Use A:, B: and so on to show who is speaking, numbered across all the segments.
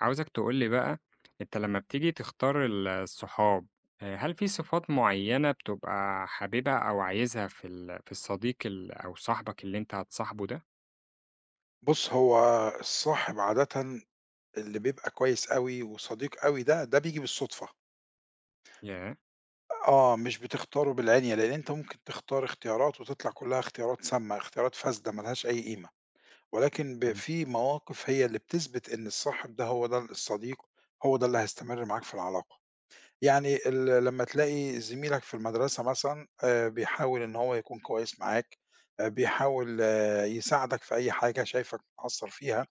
A: عاوزك تقول لي بقى، أنت لمّا بتيجي تختار الصحاب، هل في صفات معيّنة بتبقى حاببها أو عايزها في الصديق أو صاحبك اللي أنت هتصاحبه ده؟
B: بُص، هو الصاحب عادةً اللي بيبقى كويس أوي وصديق أوي ده، ده بييجي بالصدفة،
A: ياه!
B: آه، مش بتختاره بالعِنيَّة، لإن أنت ممكن تختار اختيارات وتطلع كلّها اختيارات سامة، اختيارات فاسدة ما لهاش أي قيمة، ولكن
A: إمم،
B: في مواقف هي اللي بتثبت إن الصاحب ده هو ده الصديق، هو ده اللي هيستمر معاك في العلاقة. يعني لمّا تلاقي زميلك في المدرسة مثلًا بيحاول إن هو يكون كويس معاك، بيحاول آه، يساعدك في أي حاجة شايفك مقصّر فيها.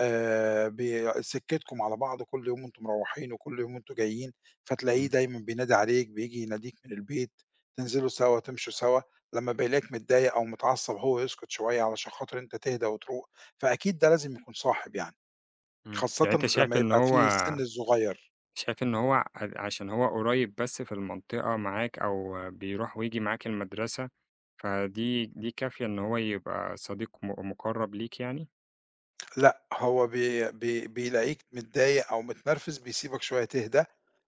B: ب سكتكم على بعض كل يوم أنتم مروّحين وكل يوم أنتم جايين، فتلاقيه
A: إمم،
B: دايمًا بينادي عليك، بييجي يناديك من البيت، تنزلوا سوا، تمشوا سوا. لمّا بيلاقيك متضايق أو متعصب هو يسكت شوية علشان خاطر أنت تهدى وتروق، فأكيد ده لازم يكون صاحب يعني،
A: إمم،
B: خاصةً
A: يعني أنت شايف
B: لمّا
A: إن
B: يبقى
A: هو
B: في السن الصغير.
A: شايف إن هو عشان هو قريب بس في المنطقة معاك أو بيروح وييجي معاك المدرسة، فدي دي كافية إن هو يبقى صديق مُقرّب ليك يعني؟
B: لأ هو بي بي بيلاقيك متضايق أو متنرفز بيسيبك شوية تهدى،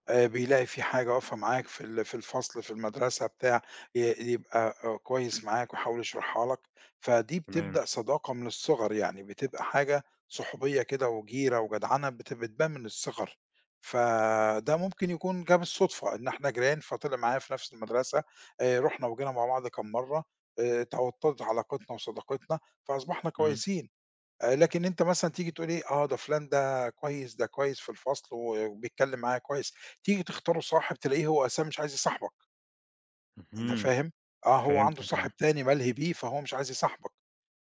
B: بيلاقي في حاجة واقفة معاك في في الفصل، في المدرسة بتاع، ي يبقى كويس معاك ويحاول يشرحها لك. فدي
A: تمام،
B: بتبدأ صداقة من الصغر يعني، بتبقى حاجة صحوبية كده وجيرة وجدعنة بتبان من الصغر. فده ممكن يكون جه بالصدفة إن إحنا جيران فطلع معايا في نفس المدرسة، رُحنا وجينا مع بعض كام مرّة، توطّدت علاقتنا وصداقتنا فأصبحنا
A: إمم،
B: كويسين. لكن أنت مثلًا تيجي تقول إيه، آه ده فُلان ده كويس، ده كويس في الفصل وبيتكلّم معايا كويس، تيجي تختاره صاحب تلاقيه هو أساسًا مش عايز يصاحبك. أنا
A: اهم،
B: فاهم، آه، هو عنده
A: فهمتك
B: صاحب
A: أيوه،
B: تاني ملهي بيه، فهو مش عايز يصاحبك،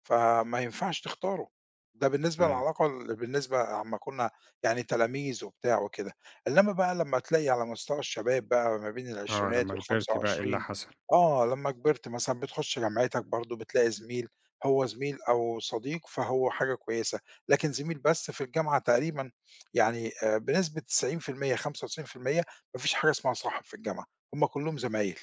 B: فما ينفعش تختاره. ده بالنسبة
A: تمام،
B: للعلاقة بالنسبة أمّا كنا يعني تلاميذ وبتاع وكده. إنّما بقى لمّا تلاقي على مستوى الشباب بقى ما بين
A: آه،
B: العشرينات
A: لمّا كبرت بقى إيه اللي
B: وال25،
A: حصل؟
B: آه، لمّا كبرت مثلًا بتخش جامعتك برضه بتلاقي زميل، هو زميل أو صديق فهو حاجة كويسة، لكن زميل بس في الجامعة تقريبًا يعني بنسبة 90% 95% ما فيش حاجة اسمها صاحب في الجامعة، هم كلّهم زمايل.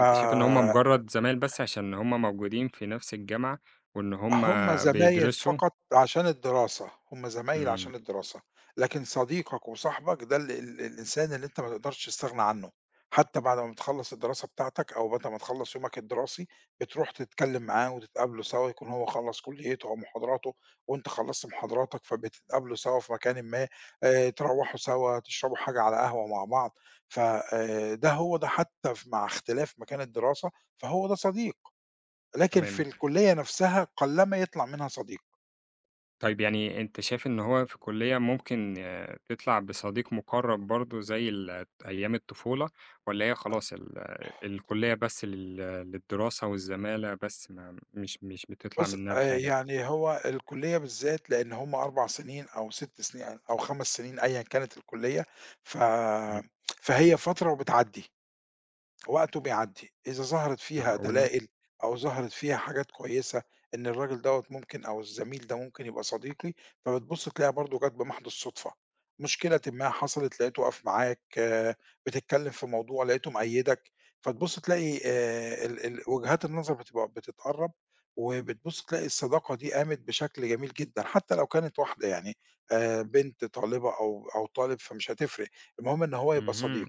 A: أنت شايف إن هُم مجرد زمايل بس عشان هُم موجودين في نفس الجامعة، وإن هُم
B: زمايل
A: بيدرسوا
B: فقط عشان الدراسة، هُم زمايل
A: إمم،
B: عشان الدراسة، لكن صديقك وصاحبك ده ال ال الإنسان اللي أنت ما تقدرش تستغنى عنه، حتى بعد ما بتخلّص الدراسة بتاعتك أو بعد ما تخلّص يومك الدراسي، بتروح تتكلم معاه وتتقابلوا سوا، يكون هو خلّص كليته أو محاضراته وأنت خلّصت محاضراتك، فبتتقابلوا سوا في مكانٍ ما، تروّحوا سوا، تشربوا حاجة على قهوة مع بعض. ف ده هو ده حتى مع اختلاف مكان الدراسة، فهو ده صديق. لكن في
A: تمام.
B: الكلية نفسها قلّما يطلع منها صديق.
A: طيب يعني أنت شايف إن هو في الكلية ممكن آه، تطلع بصديق مقرب برضه زي ال أيام الطفولة، والّا هي خلاص ال الكلية بس لل للدراسة والزمالة بس ما مش بتطلع
B: بُص
A: منها
B: آآ
A: بحاجة؟
B: يعني هو الكلية بالذات لإن هم 4 سنين أو 6 سنين أو 5 سنين أيًا كانت الكلية، ف
A: اهم،
B: فهي فترة وبتعدّي. وقته بيعدّي، إذا ظهرت فيها
A: معقولة!
B: دلائل أو ظهرت فيها حاجات كويسة إن الراجل دوّة ممكن أو الزميل ده ممكن يبقى صديقي، فبتبُص تلاقيها برضه جات بمحض الصُدفة، مشكلة ما حصلت لقيته واقف معاك، آه، بتتكلّم في موضوع لقيته مأيّدك، فتبُص تلاقي ال ال وجهات النظر بتبقى بتتقرّب، وبتبُص تلاقي الصداقة دي قامت بشكل جميل جدًا، حتى لو كانت واحدة يعني بنت طالبة أو طالب فمش هتفرق، المهم إن هو يبقى
A: اهم،
B: صديق.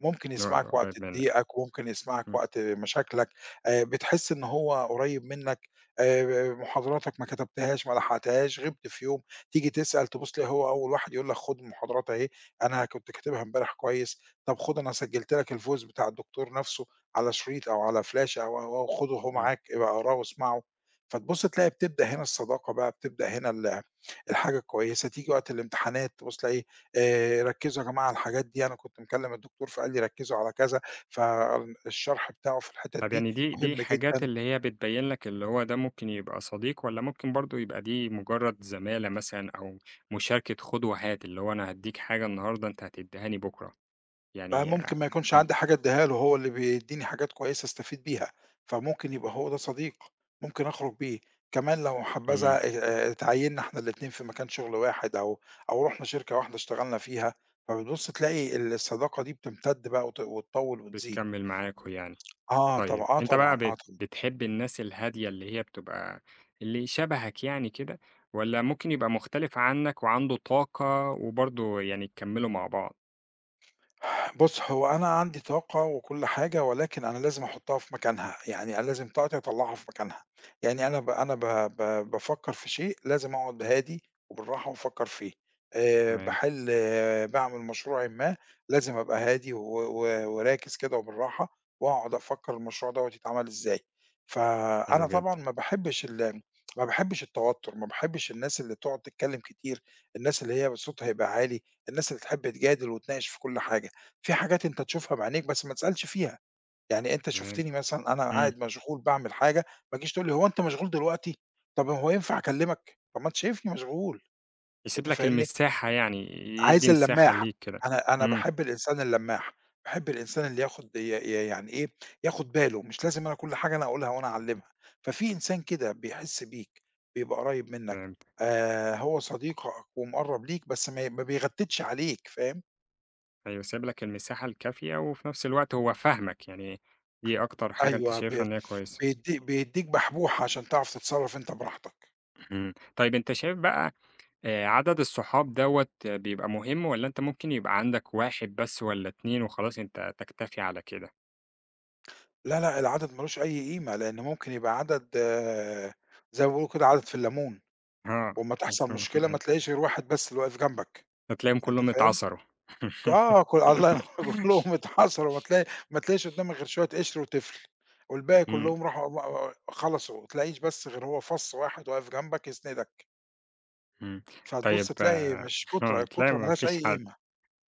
B: ممكن
A: اللي هو يبقى
B: يسمعك وقت
A: قريب منك.
B: ضيقك، وممكن يسمعك
A: إمم،
B: وقت مشاكلك، بتحس إن هو قريب منك. محاضراتك ما كتبتهاش، ما لحقتهاش، غِبت في يوم، تيجي تسأل تبُص تلاقي هو أول واحد يقول لك خُد المحاضرات أهي، أنا كنت كاتبها امبارح كويس، طب خُد أنا سجّلت لك الفويس بتاع الدكتور نَفْسه على شريط أو على فلاشة أو، خُده أهو
A: إمم.
B: معاك، ابقى اقراه واسمعه. فتبُص تلاقي بتبدأ هنا الصداقة بقى، بتبدأ هنا الحاجة الكويسة، تيجي وقت الامتحانات تبُص تلاقي ركّزوا يا جماعة على الحاجات دي، أنا كنت مكلّم الدكتور فقال لي ركّزوا على كذا، فالشرح بتاعه في الحتت
A: طب
B: دي
A: يعني دي
B: مهم
A: حاجات
B: جدًا.
A: اللي هي بتبين لك اللي هو ده ممكن يبقى صديق والّا ممكن برضه يبقى دي مجرد زمالة مثلًا أو مشاركة خُد وهات، اللي هو أنا هادّيك حاجة النهارده أنت هتدّيهاني بُكرة، يعني
B: فممكن ما يكونش
A: إمم،
B: عندي حاجة ادّيها له، هو اللي بيدّيني حاجات كويسة استفيد بيها، فممكن يبقى هو ده صديق، ممكن أخرج بيه. كمان لو حبّذا
A: إمم،
B: اتعيّنّا إحنا الاتنين في مكان شغل واحد أو رُحنا شركة واحدة اشتغلنا فيها، فبتبُص تلاقي الصداقة دي بتمتد بقى وتطوّل وتزيد.
A: بتكمّل معاكم يعني.
B: آه
A: طيب
B: طبعًا، آه
A: أنت
B: طبعًا،
A: بقى
B: آه طبعًا.
A: بتحب الناس الهادية اللي هي بتبقى اللي شبهك يعني كده والّا ممكن يبقى مختلف عنك وعنده طاقة وبرضه يعني تكمّلوا مع بعض؟
B: بُص، هو أنا عندي طاقة وكل حاجة، ولكن أنا لازم أحطها في مكانها، يعني أنا لازم طاقتي أطلّعها في مكانها. يعني أنا ب أنا ب ب بافكّر في شيء لازم أقعد هادي وبالراحة وأفكّر فيه.
A: تمام،
B: باحل باعمل مشروعٍ ما، لازم أبقى هادي و و وراكز كده وبالراحة، وأقعد أفكّر المشروع دوّة يتعمل إزاي.
A: حلو
B: فأنا طبعًا
A: جدًا،
B: ما باحبش التوتر، ما باحبش الناس اللي بتقعد تتكلّم كتير، الناس اللي هي صوتها يبقى عالي، الناس اللي تحب تجادل وتناقش في كل حاجة. في حاجات أنت تشوفها بعينيك بس ما تسألش فيها، يعني أنت
A: تمام،
B: شُفتني مثلًا أنا
A: إمم.
B: قاعد مشغول باعمل حاجة، ما تجيش تقول لي: "هو أنت مشغول دلوقتي؟ طب هو ينفع أكلمك؟" طب ما أنت شايفني مشغول،
A: يسيب
B: أنت
A: لك
B: فاهمني؟
A: المساحة يعني، يدّي
B: عايز
A: مساحة
B: اللمّاح.
A: ليك كده،
B: أنا
A: إمم،
B: باحب الإنسان اللمّاح، باحب الإنسان اللي ياخد ي ي يعني إيه، ياخد باله، مش لازم أنا كل حاجة أنا أقولها وأنا أعلّمها. ففي إنسان كده بيحس بيك، بيبقى قريب منّك،
A: فهمت،
B: هو صديقك ومقرّب ليك بس ما بيغتّتش عليك، فاهم؟
A: أيوه سايب لك المساحة الكافية، وفي نفس الوقت هو فاهمك، يعني دي أكتر حاجة أنت
B: أيوه، ب
A: شايفها إن هي كويسة،
B: بيدّي بيدّيك بحبوحة عشان تعرف تتصرّف أنت براحتك.
A: إمم، طيب أنت شايف بقى عدد الصحاب دوّة بيبقى مهم، والّا أنت ممكن يبقى عندك 1 بس والّا 2 وخلاص أنت تكتفي على كده؟
B: لا، لأ، العدد ما لوش أي قيمة، لإن ممكن يبقى عدد آه، زي ما بيقولوا كده عدد في الليمون،
A: آه،
B: وأمّا تحصل
A: مفهوم،
B: مشكلة ما
A: أيوه،
B: تلاقيش غير واحد بس اللي واقف جنبك،
A: هتلاقيهم
B: أنت
A: كلّهم
B: فاهم؟
A: اتعصروا.
B: آه، كل الله ينور كلّهم اتحصروا ما تلاقيش قدّامك غير شوية قشر وتفل، والباقي
A: إمم،
B: كلّهم راحوا خلصوا، ما تلاقيش بس غير هو فَص واحد واقف جنبك يسندك.
A: إمم،
B: فتبُص
A: طيب
B: تلاقي
A: آه،
B: مش كُترة،
A: تلاقي
B: الكُترة ما
A: ما
B: لهاش
A: فيش
B: أي
A: حد.
B: قيمة.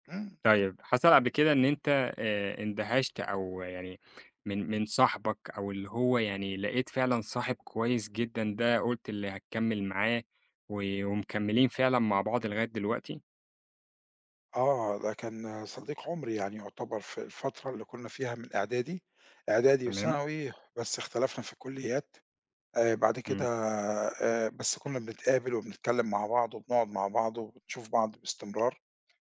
B: إمم.
A: طيب حصل قبل كده إن أنت اندهشت أو يعني من صاحبك أو اللي هو يعني لقيت فعلًا صاحب كويس جدًا ده قُلت اللي هتكمّل معاه ومكمّلين فعلًا مع بعض لغاية دلوقتي؟
B: آه، ده كان صديق عمري يعني يعتبر في الفترة اللي كنا فيها من إعدادي، إعدادي
A: تمام،
B: وثانوي بس اختلفنا في الكليات، بعد كده
A: إمم.
B: بس كنا بنتقابل وبنتكلم مع بعض وبنقعد مع بعض وبنشوف بعض باستمرار،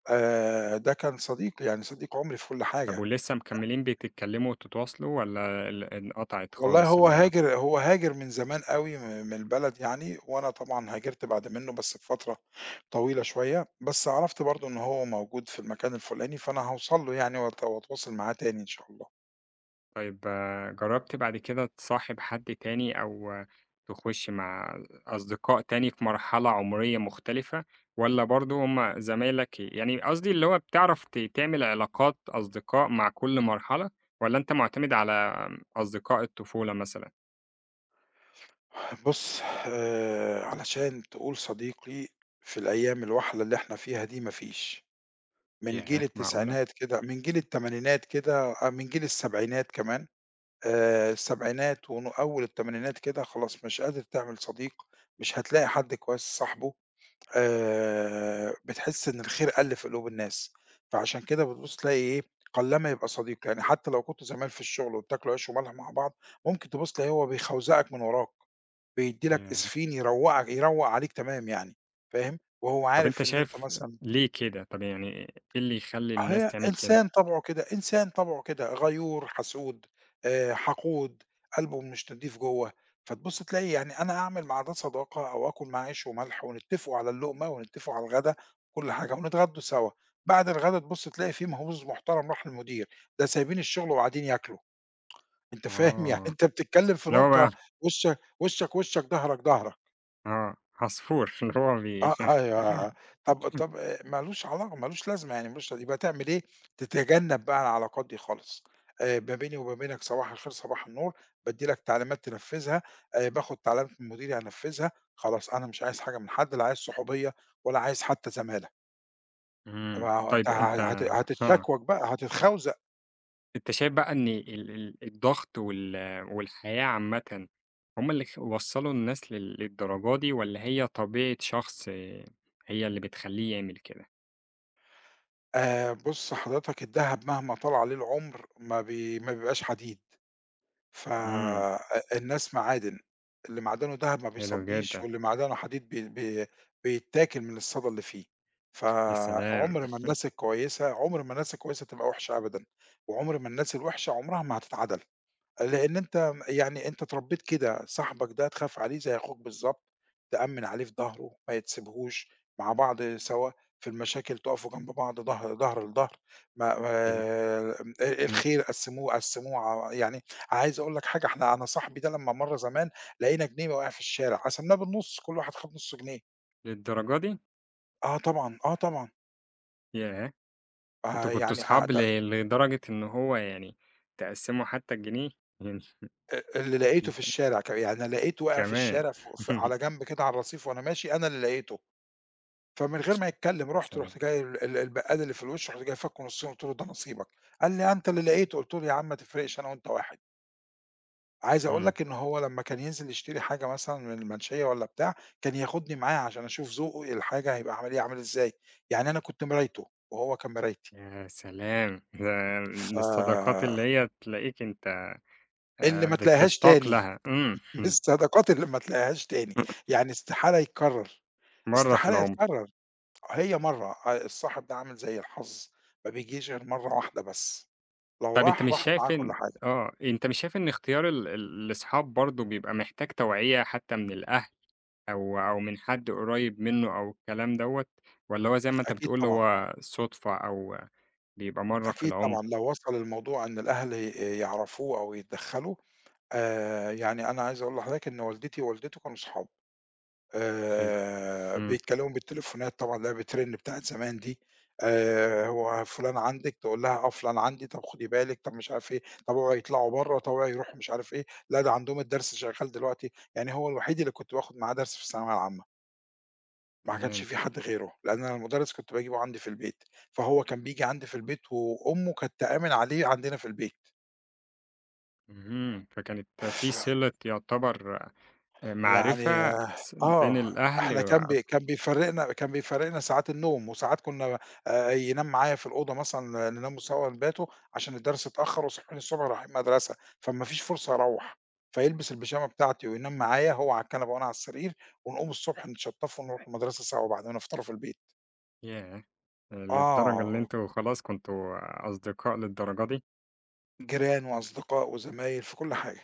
B: ده كان صديق يعني صديق عمري في كل
A: طب
B: حاجة.
A: ولسه مكمّلين بتتكلّموا وتتواصلوا والّا انقطعت
B: والله
A: خالص
B: هو
A: العلاقة؟
B: هاجر هو هاجر من زمان أوي من البلد يعني، وأنا طبعًا هاجرت بعد منه بس بفترة طويلة شوية، بس عرفت برضه إن هو موجود في المكان الفلاني، فأنا هاوصل له يعني وأتواصل معاه تاني إن شاء الله.
A: طيب جرّبت بعد كده تصاحب حد تاني أو آه، تخُش مع أصدقاء تاني في مرحلة عمرية مختلفة، والّا برضه هُم زمايلك يعني قصدي اللي هو بتعرف تعمل علاقات أصدقاء مع كل مرحلة، والّا أنت معتمد على أصدقاء الطفولة مثلًا؟
B: بُص، علشان تقول صديقي في الأيام الوحِلة اللي إحنا فيها دي ما فيش، من
A: ياه!
B: جيل
A: معقولة!
B: التسعينات كده من جيل التمانينات كده آه، من جيل السبعينات كمان، السبعينات أول التمانينات كده خلاص مش قادر تعمل صديق، مش هتلاقي حد كويس صاحبه، بتحس إن الخير قَل في قلوب الناس، فعشان كده بتبُص تلاقي إيه، قلّما يبقى صديق، يعني حتى لو كنتوا زمايل في الشغل وبتاكلوا عيش وملح مع بعض، ممكن تبُص تلاقيه هو بيخوزقك من وراك. بيدّي لك
A: ياه!
B: إسفين يروّقك يروّق عليك تمام يعني، فاهم، وهو
A: طَب أنت
B: عارف إن أنت
A: شايف
B: مثلًا
A: ليه كده؟ طَب يعني إيه اللي يخلّي
B: آه،
A: الناس
B: هي
A: تعمل كده؟
B: إنسان طبعه كده، إنسان طبعه كده غيور، حسود، حقود، قلبه مش نضيف جوّه، فتبُص تلاقي يعني أنا أعمل مع ده صداقة أو آكل معاه عيش وملح ونتّفقوا على اللقمة ونتّفقوا على الغدا وكل حاجة ونتغدوا سوا، بعد الغدا تبُص تلاقي في مهووس محترم راح للمدير، ده سايبين الشغل وقاعدين ياكلوا، أنت فاهم، يعني
A: آه،
B: أنت بتتكلّم في
A: اللي هو بقى
B: نقطة وشّك، ضهرك.
A: آه، عصفور اللي هو
B: آه، أيوه آه، آه. طب طب ما لوش علاقة ما لوش لازمة يعني ما لوش يبقى تعمل إيه، تتجنب بقى العلاقات دي خالص، ما بيني وما بينك صباح الخير صباح النور، بادّي لك تعليمات تنفذها، باخد تعليمات من مديري أنفذها، خلاص أنا مش عايز حاجة من حد لا عايز صحوبية ولا عايز حتى زمالة.
A: إمم،
B: ما هو أنت
A: طيب أنت
B: ه هت
A: آه.
B: هتتشكوك بقى هتتخوزق.
A: أنت شايف بقى إن ال ال الضغط والحياة عامةً هم اللي وصّلوا الناس للدرجة دي والّا هي طبيعة شخص آه، هي اللي بتخلّيه يعمل كده؟
B: بُص حضرتك الدهب مهما طال عليه العمر ما بيبقاش حديد. ف
A: إمم،
B: أ الناس معادن، اللي معدنه دهب ما
A: حلو
B: بيصدّيش
A: جدًا،
B: واللي معدنه حديد بي بي بيتاكل من الصدى اللي فيه،
A: يا سلام!
B: فعُمر ما الناس الكويسة تبقى وحشة أبدًا، وعُمر ما الناس الوحشة عُمرها ما هتتعدل. لإن أنت يعني أنت اتربيت كده، صاحبك ده تخاف عليه زي أخوك بالضبط، تأمِّن عليه في ضهره، ما تسيبهوش، مع بعض سوا في المشاكل تقفوا جنب بعض ضهر ضهر لضهر، ما ما
A: حلو، إمم،
B: الخير قسّموه يعني عايز أقول لك حاجة، أنا صاحبي ده لمّا مرّة زمان لقينا جنيه واقع في الشارع، قسمناه بالنُص، كل واحد خد نُص جنيه.
A: للدرجة دي؟
B: آه طبعًا، آه طبعًا،
A: ياه! أنتم
B: آه
A: كنتوا
B: يعني آه
A: صحاب
B: ده
A: لدرجة إن هو يعني تقسّموا حتى الجنيه؟ يعني
B: اللي لقيته في
A: ك
B: الشارع يعني أنا لقيته واقع في
A: كمان
B: الشارع ف ف على جنب كده على الرصيف وأنا ماشي، أنا اللي لقيته. فمن غير ما يتكلم
A: يا
B: رُحت،
A: سلام!
B: رُحت جاي ال ال البقّال اللي في الوش، رُحت جاي فاكه نصّين قُلت له: "ده نصيبك." قال لي: "أنت اللي لقيته." قُلت له: "يا عم ما تفرقش أنا وأنت واحد." عايز أقول
A: إمم،
B: لك إن هو لمّا كان ينزل يشتري حاجة مثلًا من المنشية والّا بتاع، كان ياخدني معاه عشان أشوف ذوقه الحاجة هيبقى عامل إيه، عامل إزاي، يعني أنا كنت مرايته وهو كان مرايتي.
A: يا سلام! ده من الصداقات
B: ف
A: اللي هي تلاقيك أنت
B: اللي ما تلاقيهاش
A: بتشتاق
B: تاني،
A: لها، إمم،
B: من
A: إمم،
B: الصداقات اللي ما تلاقيهاش تاني، يعني استحالة يتكرر،
A: مرّة في
B: استحالة
A: العمر.
B: يتكرر. هي مرّة، الصاحب ده عامل زي الحظ، ما بيجيش غير مرّة واحدة بس. لو
A: طَب أنت
B: راح
A: مش
B: راحت
A: شايف
B: معاه كل
A: إن
B: حاجة.
A: آه، أنت مش شايف إن اختيار ال ال الأصحاب برضه بيبقى محتاج توعية حتى من الأهل أو من حد قريب منه أو الكلام دوّة، والّا هو زي ما أنت
B: أكيد
A: بتقول
B: طبعًا،
A: هو صُدفة أو بيبقى مرّة في
B: أكيد
A: العمر؟
B: طبعًا، لو وصل الموضوع إن الأهل يعرفوه أو يتدخّلوا، يعني أنا عايز أقول لحضرتك إن والدتي ووالدته كانوا صحاب،
A: حلو، إمم،
B: بيتكلموا بالتليفونات طبعًا اللي هي بترن بتاعة زمان دي، هو فلان عندِك؟ تقول لها آه فلان عندي، طب خدي بالِك، طب مش عارف إيه، طب اوعي يطلعوا برّه، طب اوعي يروحوا مش عارف إيه، لا ده عندهم الدرس شغال دلوقتي. يعني هو الوحيد اللي كنت باخد معاه درس في الثانوية العامة. ما كانش
A: تمام،
B: في حد غيره، لأن أنا المُدرّس كنت باجيبه عندي في البيت، فهو كان بييجي عندي في البيت وأمه كانت تأمِن عليه عندنا في البيت.
A: اهم، فكانت في
B: ف
A: صِلة يعتبر
B: يعني
A: معرفة ص بين
B: آه،
A: الأهل
B: إحنا
A: و
B: كان بي كان بيفرّقنا كان بيفرّقنا ساعات النوم وساعات كُنّا ينام معايا في الأوضة مثلًا نناموا سوا نباتوا عشان الدرس اتأخّر وصاحيين الصبح رايحين مدرسة، فما فيش فرصة أروّح، فيلبس البيجامة بتاعتي وينام معايا هو على الكنبة وأنا على السرير ونقوم الصبح نتشطّفوا ونروحوا المدرسة سوا بعد ما نفطروا في البيت.
A: ياه! للدرجة اللي
B: آه.
A: أنتم خلاص كنتم أصدقاء للدرجة دي؟
B: جيران وأصدقاء وزمايل في كل حاجة.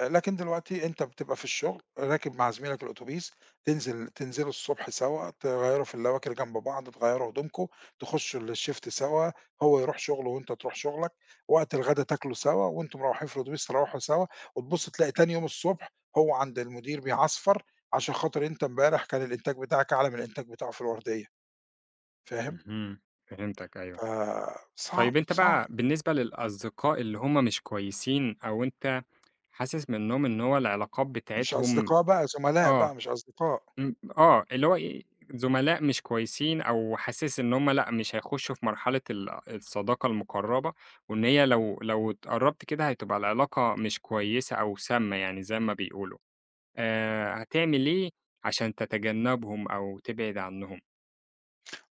B: آه، لكن دلوقتي أنت بتبقى في الشغل راكب مع زميلك الأتوبيس، تنزلوا الصبح سوا، تغيّروا في الأواكر جنب بعض، تغيّروا هدومكم، تخشوا الShift سوا، هو يروح شغله وأنت تروح شغلك، وقت الغدا تاكلوا سوا وأنتم مروّحين في الأتوبيس تروّحوا سوا، وتبُص تلاقي تاني يوم الصبح هو عند المدير بيعصفر عشان خاطر أنت امبارح كان الإنتاج بتاعك أعلى من الإنتاج بتاعه في الوردية، فاهم؟
A: اهم، فهمتك أيوه.
B: فصعب،
A: طيب
B: صعب،
A: أنت
B: صعب.
A: بقى بالنسبة للأصدقاء اللي هم مش كويسين أو أنت حاسس منّهم إن هو العلاقات
B: مش
A: بتاعتهم
B: أصدقاء بقى، زملاء
A: آه،
B: بقى مش أصدقاء.
A: إمم، آه، اللي هو إيه، زملاء مش كويسين أو حاسس إن هم لأ، مش هيخشّوا في مرحلة الصداقة المقرّبة، وإن هي لو اتقرّبت كده هتبقى العلاقة مش كويسة أو سامّة يعني زي ما بيقولوا، هتعمل إيه عشان تتجنّبهم أو تبعد عنّهم؟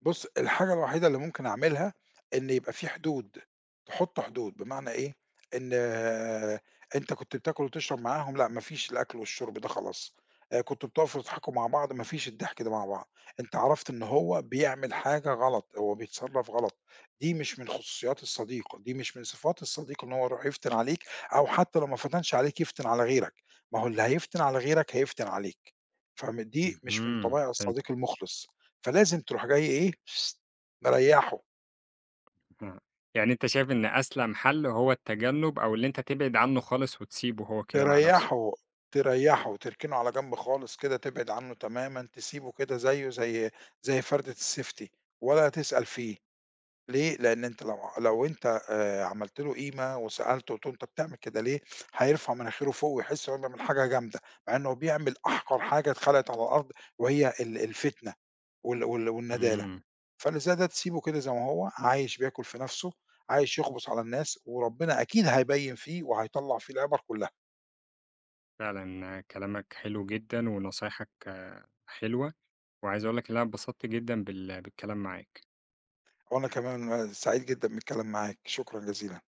B: بُص، الحاجة الوحيدة اللي ممكن أعملها إن يبقى في حدود، تحُط حدود، بمعنى إيه، إن آه، أنت كنت بتاكل وتشرب معاهم، لأ ما فيش الأكل والشرب ده خلاص، كنتم بتقفوا تضحكوا مع بعض، ما فيش الضحك ده مع بعض، أنت عرفت إن هو بيعمل حاجة غلط، هو بيتصرّف غلط، دي مش من خصوصيات الصديق، دي مش من صفات الصديق إن هو يروح يفتن عليك، أو حتى لو ما فتنش عليك يفتن على غيرك، ما هو اللي هيفتن على غيرك هيفتن عليك، دي مش من
A: اهم،
B: طبائع
A: فهمت.
B: الصديق المخلص. فلازم تروح جاي إيه، مريّحه،
A: آه. يعني أنت شايف إن أسلم حل هو التجنُّب أو اللي أنت تبعد عنه خالص وتسيبه هو كده مع نَفْسه.
B: تريّحه، تريّحه، تركنه على جنب خالص كده، تبعد عنه تمامًا، تسيبه كده زيه زي فردة الsafety ولا تسأل فيه. ليه؟ لإن أنت لو أنت عملت له قيمة وسألته وقُلت له أنت بتعمل كده ليه، هيرفع مناخيره فوق ويحس إن هو بيعمل حاجة جامدة، مع إنه بيعمل أحقر حاجة اتخلقت على الأرض وهي الفتنة والندالة.
A: إمم.
B: فالغذاء ده تسيبه كده زي ما هو، عايش بياكل في نَفْسه، عايش يغُبُس على الناس، وربنا أكيد هيبَيّن فيه وهيطلّع فيه العِبَر كُلّها.
A: فعلًا آه، كلامك حلو جدًا ونصايحك آه، حلوة، وعايز أقول لك إن أنا اتبسطت جدًا بالكلام معاك.
B: وأنا كمان سعيد جدًا بالكلام معاك، شكرًا جزيلًا.